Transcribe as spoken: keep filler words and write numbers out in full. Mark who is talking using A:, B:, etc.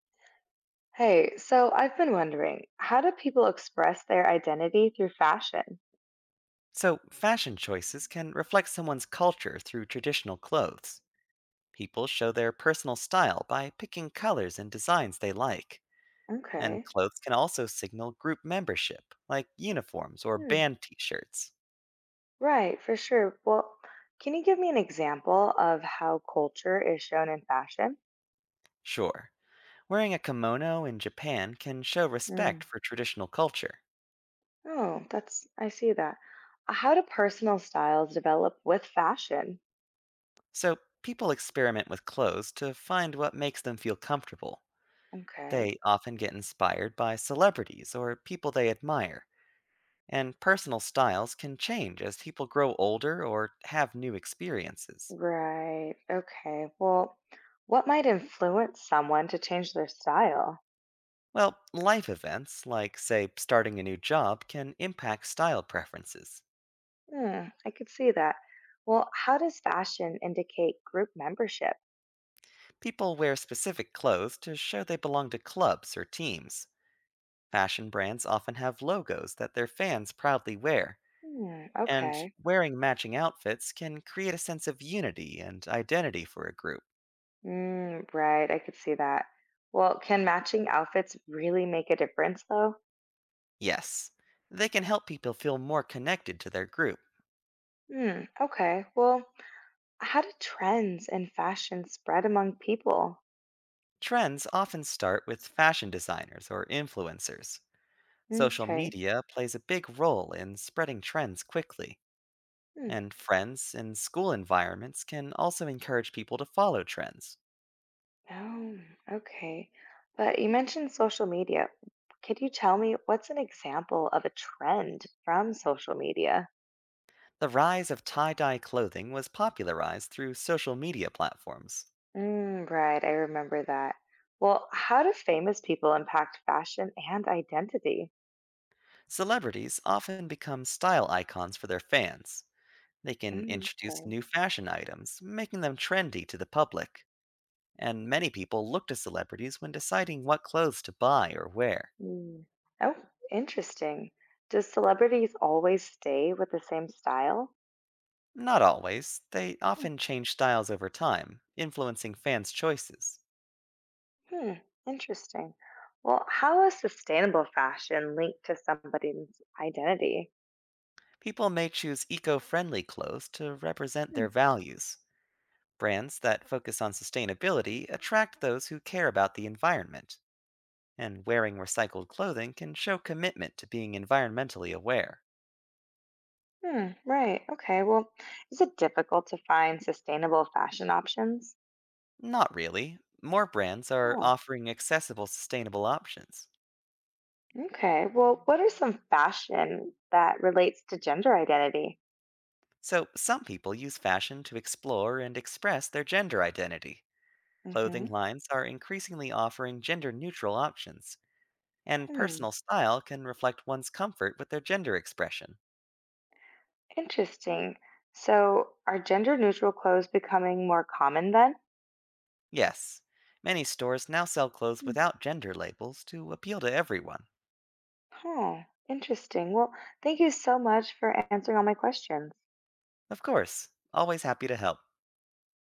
A: Hey, so I've been wondering, how do people express their identity through fashion?
B: So, fashion choices can reflect someone's culture through traditional clothes. People show their personal style by picking colors and designs they like. And
A: Okay.
B: clothes can also signal group membership, like uniforms or
A: Hmm,
B: band t shirts.
A: right, for sure. Well, can you give me an example of how culture is shown in fashion?
B: Sure, wearing a kimono in Japan can show respect
A: Mm.
B: for traditional culture.
A: Oh, that's, I see that. Uh, How do personal styles develop with fashion?
B: So, people experiment with clothes to find what makes them feel comfortable.
A: Okay.
B: They often get inspired by celebrities or people they admire. And personal styles can change as people grow older or have new experiences.
A: Right, okay. Well, what might influence someone to change their style?
B: Well, life events, like, say, starting a new job, can impact style preferences.
A: Hmm, I could see that. Well, how does fashion indicate group membership?
B: People wear specific clothes to show they belong to clubs or teams. Fashion brands often have logos that their fans proudly wear,
A: Hmm,
B: and
A: okay.
B: wearing matching outfits can create a sense of unity and identity for a group.
A: Mm, right, I could see that. Well, can matching outfits really make a difference, though?
B: Yes, they can help people feel more connected to their group.
A: Hmm, okay. Well, how do trends and fashion spread among people?
B: Trends often start with fashion designers or influencers. Social
A: Okay.
B: media plays a big role in spreading trends quickly,
A: Hmm,
B: and friends and school environments can also encourage people to follow trends.
A: oh, okay. But you mentioned social media. Could you tell me what's an example of a trend from social media?
B: The rise of tie dye clothing was popularized through social media platforms.
A: Mm, right, I remember that. Well, how do famous people impact fashion and identity?
B: Celebrities often become style icons for their fans. They can
A: Mm,
B: introduce
A: okay.
B: new fashion items, making them trendy to the public. And many people look to celebrities when deciding what clothes to buy or wear.
A: Mm. Oh, interesting. Does celebrities always stay with the same style?
B: Not always. They often change styles over time, influencing fans' choices.
A: Hmm, interesting. Well, how is sustainable fashion linked to somebody's identity?
B: People may choose eco friendly clothes to represent
A: Hmm,
B: their values. Brands that focus on sustainability attract those who care about the environment, and wearing recycled clothing can show commitment to being environmentally aware.
A: hmm, right. Okay. Well, is it difficult to find sustainable fashion options?
B: Not really. More brands are
A: Oh,
B: offering accessible sustainable options.
A: okay. Well, what are some fashion that relates to gender identity?
B: So, some people use fashion to explore and express their gender identity. Clothing
A: Mm-hmm.
B: lines are increasingly offering gender neutral options, and
A: Hmm,
B: personal style can reflect one's comfort with their gender expression.
A: interesting. So, are gender neutral clothes becoming more common then?
B: Yes, many stores now sell clothes
A: Hmm.
B: without gender labels to appeal to everyone.
A: Huh, interesting. Well, thank you so much for answering all my questions.
B: Of course, always happy to help.